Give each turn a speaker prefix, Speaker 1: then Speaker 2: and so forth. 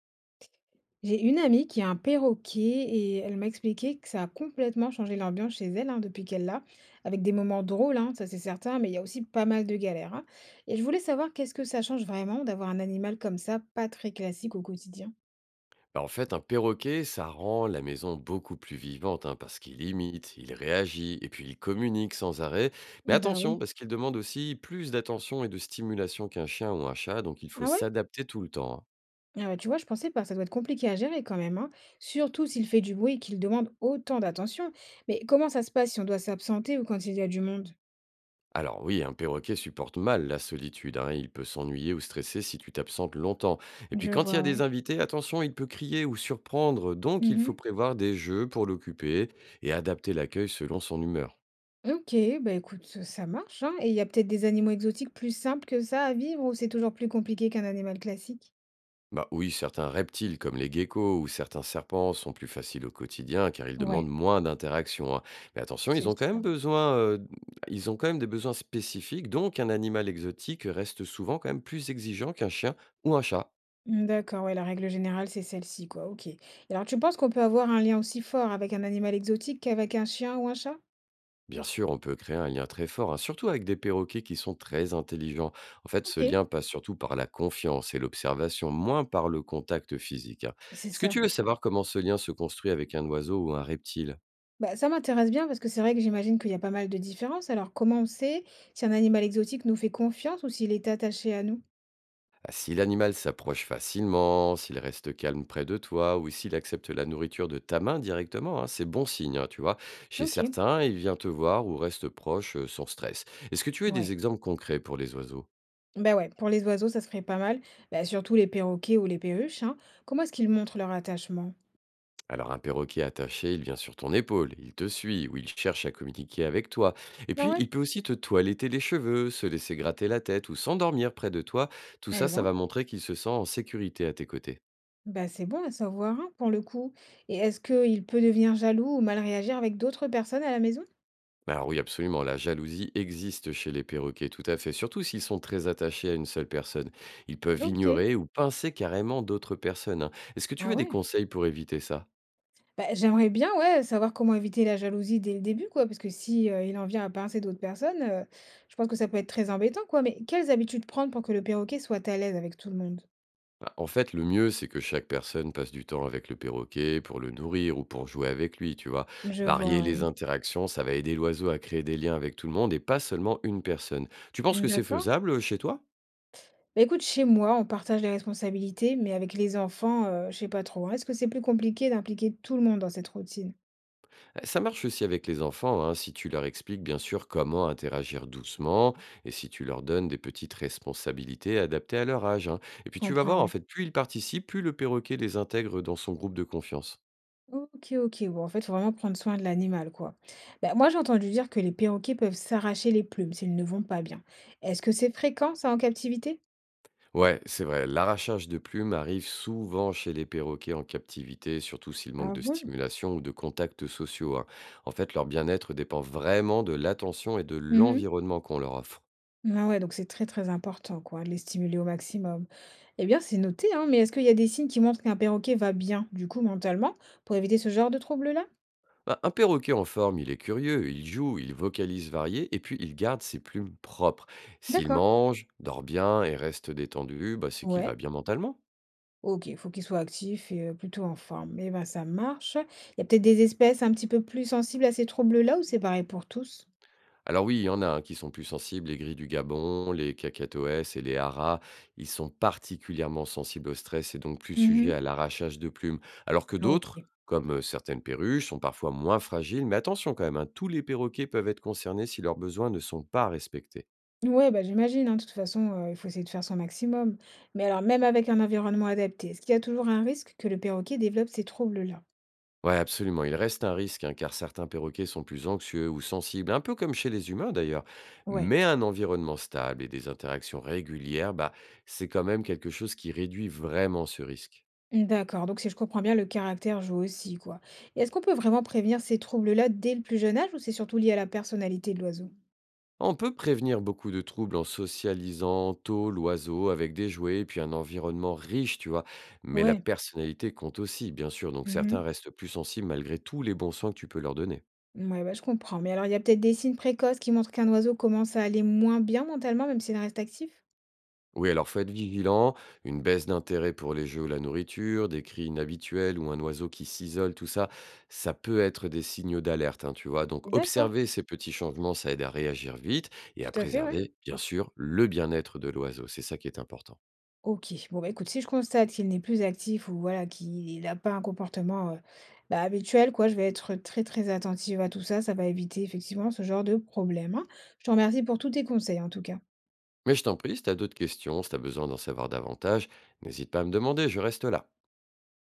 Speaker 1: J'ai une amie qui a un perroquet et elle m'a expliqué que ça a complètement changé l'ambiance chez elle hein, depuis qu'elle l'a, avec des moments drôles, hein, ça c'est certain, mais il y a aussi pas mal de galères, hein. Et je voulais savoir qu'est-ce que ça change vraiment d'avoir un animal comme ça, pas très classique au quotidien.
Speaker 2: Bah, en fait, un perroquet, ça rend la maison beaucoup plus vivante, hein, parce qu'il imite, il réagit et puis il communique sans arrêt. Mais
Speaker 1: Bah
Speaker 2: attention,
Speaker 1: oui.
Speaker 2: parce qu'il demande aussi plus d'attention et de stimulation qu'un chien ou un chat, donc il faut
Speaker 1: Ah ouais?
Speaker 2: s'adapter tout le temps, hein.
Speaker 1: Ah bah tu vois, je pensais pas, ça doit être compliqué à gérer quand même, hein, surtout s'il fait du bruit et qu'il demande autant d'attention. Mais comment ça se passe si on doit s'absenter ou quand il y a du monde?
Speaker 2: Alors oui, un perroquet supporte mal la solitude, hein, il peut s'ennuyer ou stresser si tu t'absentes longtemps. Et puis
Speaker 1: Je
Speaker 2: quand il y
Speaker 1: vois,
Speaker 2: a
Speaker 1: ouais.
Speaker 2: des invités, attention, il peut crier ou surprendre, donc il faut prévoir des jeux pour l'occuper et adapter l'accueil selon son humeur.
Speaker 1: OK, bah, écoute, ça marche, hein, et il y a peut-être des animaux exotiques plus simples que ça à vivre ou c'est toujours plus compliqué qu'un animal classique?
Speaker 2: Bah oui, certains reptiles comme les geckos ou certains serpents sont plus faciles au quotidien car ils
Speaker 1: Ouais,
Speaker 2: demandent moins d'interaction, hein. Mais attention,
Speaker 1: c'est sûr.
Speaker 2: ils ont quand même des besoins spécifiques, donc un animal exotique reste souvent quand même plus exigeant qu'un chien ou un chat.
Speaker 1: Mmh, d'accord, ouais, la règle générale, c'est celle-ci, quoi, OK. Et alors tu penses qu'on peut avoir un lien aussi fort avec un animal exotique qu'avec un chien ou un chat?
Speaker 2: Bien sûr, on peut créer un lien très fort, hein, surtout avec des perroquets qui sont très intelligents. En fait, ce
Speaker 1: OK,
Speaker 2: lien passe surtout par la confiance et l'observation, moins par le contact physique, hein.
Speaker 1: c'est
Speaker 2: Est-ce que
Speaker 1: ça.
Speaker 2: tu veux savoir comment ce lien se construit avec un oiseau ou un reptile?
Speaker 1: Bah, ça m'intéresse bien parce que c'est vrai que j'imagine qu'il y a pas mal de différences. Alors comment on sait si un animal exotique nous fait confiance ou s'il est attaché à nous?
Speaker 2: Ah, si l'animal s'approche facilement, s'il reste calme près de toi ou s'il accepte la nourriture de ta main directement, hein, c'est bon signe, hein, tu vois. Chez
Speaker 1: OK.
Speaker 2: certains, il vient te voir ou reste proche sans stress. Est-ce que tu as
Speaker 1: Ouais.
Speaker 2: des exemples concrets pour les oiseaux?
Speaker 1: Bah ouais, pour les oiseaux, ça serait pas mal. Bah, surtout les perroquets ou les perruches, hein. Comment est-ce qu'ils montrent leur attachement?
Speaker 2: Alors un perroquet attaché, il vient sur ton épaule, il te suit ou il cherche à communiquer avec toi. Et
Speaker 1: Ah
Speaker 2: puis,
Speaker 1: ouais?
Speaker 2: il peut aussi te toiletter les cheveux, se laisser gratter la tête ou s'endormir près de toi. Tout ça,
Speaker 1: Eh
Speaker 2: ça
Speaker 1: ben,
Speaker 2: va montrer qu'il se sent en sécurité à tes côtés.
Speaker 1: bah c'est bon à savoir, hein, pour le coup. Et est-ce qu'il peut devenir jaloux ou mal réagir avec d'autres personnes à la maison?
Speaker 2: Alors oui, absolument, la jalousie existe chez les perroquets, tout à fait, surtout s'ils sont très attachés à une seule personne. Ils peuvent
Speaker 1: OK.
Speaker 2: ignorer ou pincer carrément d'autres personnes, hein. Est-ce que tu
Speaker 1: Ah
Speaker 2: veux des
Speaker 1: ouais?
Speaker 2: conseils pour éviter ça?
Speaker 1: Bah, j'aimerais bien, ouais, savoir comment éviter la jalousie dès le début, quoi, parce que si il en vient à pincer d'autres personnes, je pense que ça peut être très embêtant, quoi. Mais quelles habitudes prendre pour que le perroquet soit à l'aise avec tout le monde?
Speaker 2: Bah, en fait, le mieux, c'est que chaque personne passe du temps avec le perroquet pour le nourrir ou pour jouer avec lui, tu vois.
Speaker 1: Je vois,
Speaker 2: Varier
Speaker 1: ouais.
Speaker 2: les interactions, ça va aider l'oiseau à créer des liens avec tout le monde et pas seulement une personne. Tu penses que c'est
Speaker 1: D'accord.
Speaker 2: faisable chez toi?
Speaker 1: Bah, écoute, chez moi, on partage les responsabilités, mais avec les enfants, je sais pas trop, hein. Est-ce que c'est plus compliqué d'impliquer tout le monde dans cette routine?
Speaker 2: Eh, ça marche aussi avec les enfants, hein, si tu leur expliques bien sûr comment interagir doucement et si tu leur donnes des petites responsabilités adaptées à leur âge, hein. Et
Speaker 1: Je
Speaker 2: puis tu vas
Speaker 1: comprends,
Speaker 2: voir, en
Speaker 1: ouais.
Speaker 2: fait, plus ils participent, plus le perroquet les intègre dans son groupe de confiance.
Speaker 1: OK, OK. Bon, en fait, faut vraiment prendre soin de l'animal, quoi. Bah, moi, j'ai entendu dire que les perroquets peuvent s'arracher les plumes s'ils ne vont pas bien. Est-ce que c'est fréquent, ça, en captivité?
Speaker 2: Ouais, c'est vrai, l'arrachage de plumes arrive souvent chez les perroquets en captivité, surtout s'ils manquent
Speaker 1: Ah
Speaker 2: de
Speaker 1: bon?
Speaker 2: stimulation ou de contacts sociaux, hein. En fait, leur bien-être dépend vraiment de l'attention et de
Speaker 1: Mhm.
Speaker 2: l'environnement qu'on leur offre.
Speaker 1: Ah ouais, donc c'est très, très important, quoi, de les stimuler au maximum. Eh bien, c'est noté, hein, mais est-ce qu'il y a des signes qui montrent qu'un perroquet va bien, du coup, mentalement, pour éviter ce genre de troubles là?
Speaker 2: Bah, un perroquet en forme, il est curieux, il joue, il vocalise varié et puis il garde ses plumes propres. S'il
Speaker 1: D'accord.
Speaker 2: mange, dort bien et reste détendu, bah, c'est qu'il va
Speaker 1: Ouais.
Speaker 2: bien mentalement.
Speaker 1: OK, il faut qu'il soit actif et plutôt en forme. Eh ben, ça marche. Il y a peut-être des espèces un petit peu plus sensibles à ces troubles-là ou c'est pareil pour tous?
Speaker 2: Alors oui, il y en a, hein, qui sont plus sensibles, les gris du Gabon, les cacatoès et les haras, ils sont particulièrement sensibles au stress et donc plus sujets
Speaker 1: Mmh.
Speaker 2: à l'arrachage de plumes, alors que d'autres,
Speaker 1: OK.
Speaker 2: comme certaines perruches, sont parfois moins fragiles, mais attention quand même, hein, tous les perroquets peuvent être concernés si leurs besoins ne sont pas respectés.
Speaker 1: Ouais, bah, j'imagine, hein, de toute façon, il faut essayer de faire son maximum. Mais alors même avec un environnement adapté, est-ce qu'il y a toujours un risque que le perroquet développe ces troubles-là?
Speaker 2: Ouais, absolument. Il reste un risque, hein, car certains perroquets sont plus anxieux ou sensibles, un peu comme chez les humains d'ailleurs.
Speaker 1: Ouais,
Speaker 2: Mais un environnement stable et des interactions régulières, bah, c'est quand même quelque chose qui réduit vraiment ce risque.
Speaker 1: d'accord, donc si je comprends bien, le caractère joue aussi, quoi. Et est-ce qu'on peut vraiment prévenir ces troubles-là dès le plus jeune âge ou c'est surtout lié à la personnalité de l'oiseau?
Speaker 2: On peut prévenir beaucoup de troubles en socialisant tôt l'oiseau avec des jouets et puis un environnement riche, tu vois. Mais la
Speaker 1: Ouais.
Speaker 2: personnalité compte aussi, bien sûr, donc
Speaker 1: Mmh.
Speaker 2: certains restent plus sensibles malgré tous les bons soins que tu peux leur donner.
Speaker 1: Ouais bah, je comprends. Mais alors, il y a peut-être des signes précoces qui montrent qu'un oiseau commence à aller moins bien mentalement, même s'il reste actif?
Speaker 2: Oui, alors faut être vigilant. Une baisse d'intérêt pour les jeux ou la nourriture, des cris inhabituels ou un oiseau qui s'isole, tout ça, ça peut être des signaux d'alerte, hein, tu vois. Donc,
Speaker 1: D'accord.
Speaker 2: observer ces petits changements, ça aide à réagir vite et à
Speaker 1: Tout à fait, ouais.
Speaker 2: préserver, bien sûr, le bien-être de l'oiseau. C'est ça qui est important.
Speaker 1: OK. Bon, bah, écoute, si je constate qu'il n'est plus actif ou voilà, qu'il n'a pas un comportement, bah, habituel, quoi, je vais être très, très attentive à tout ça. Ça va éviter effectivement ce genre de problème, hein. Je te remercie pour tous tes conseils, en tout cas.
Speaker 2: Mais je t'en prie, si tu as d'autres questions, si tu as besoin d'en savoir davantage, n'hésite pas à me demander, je reste là.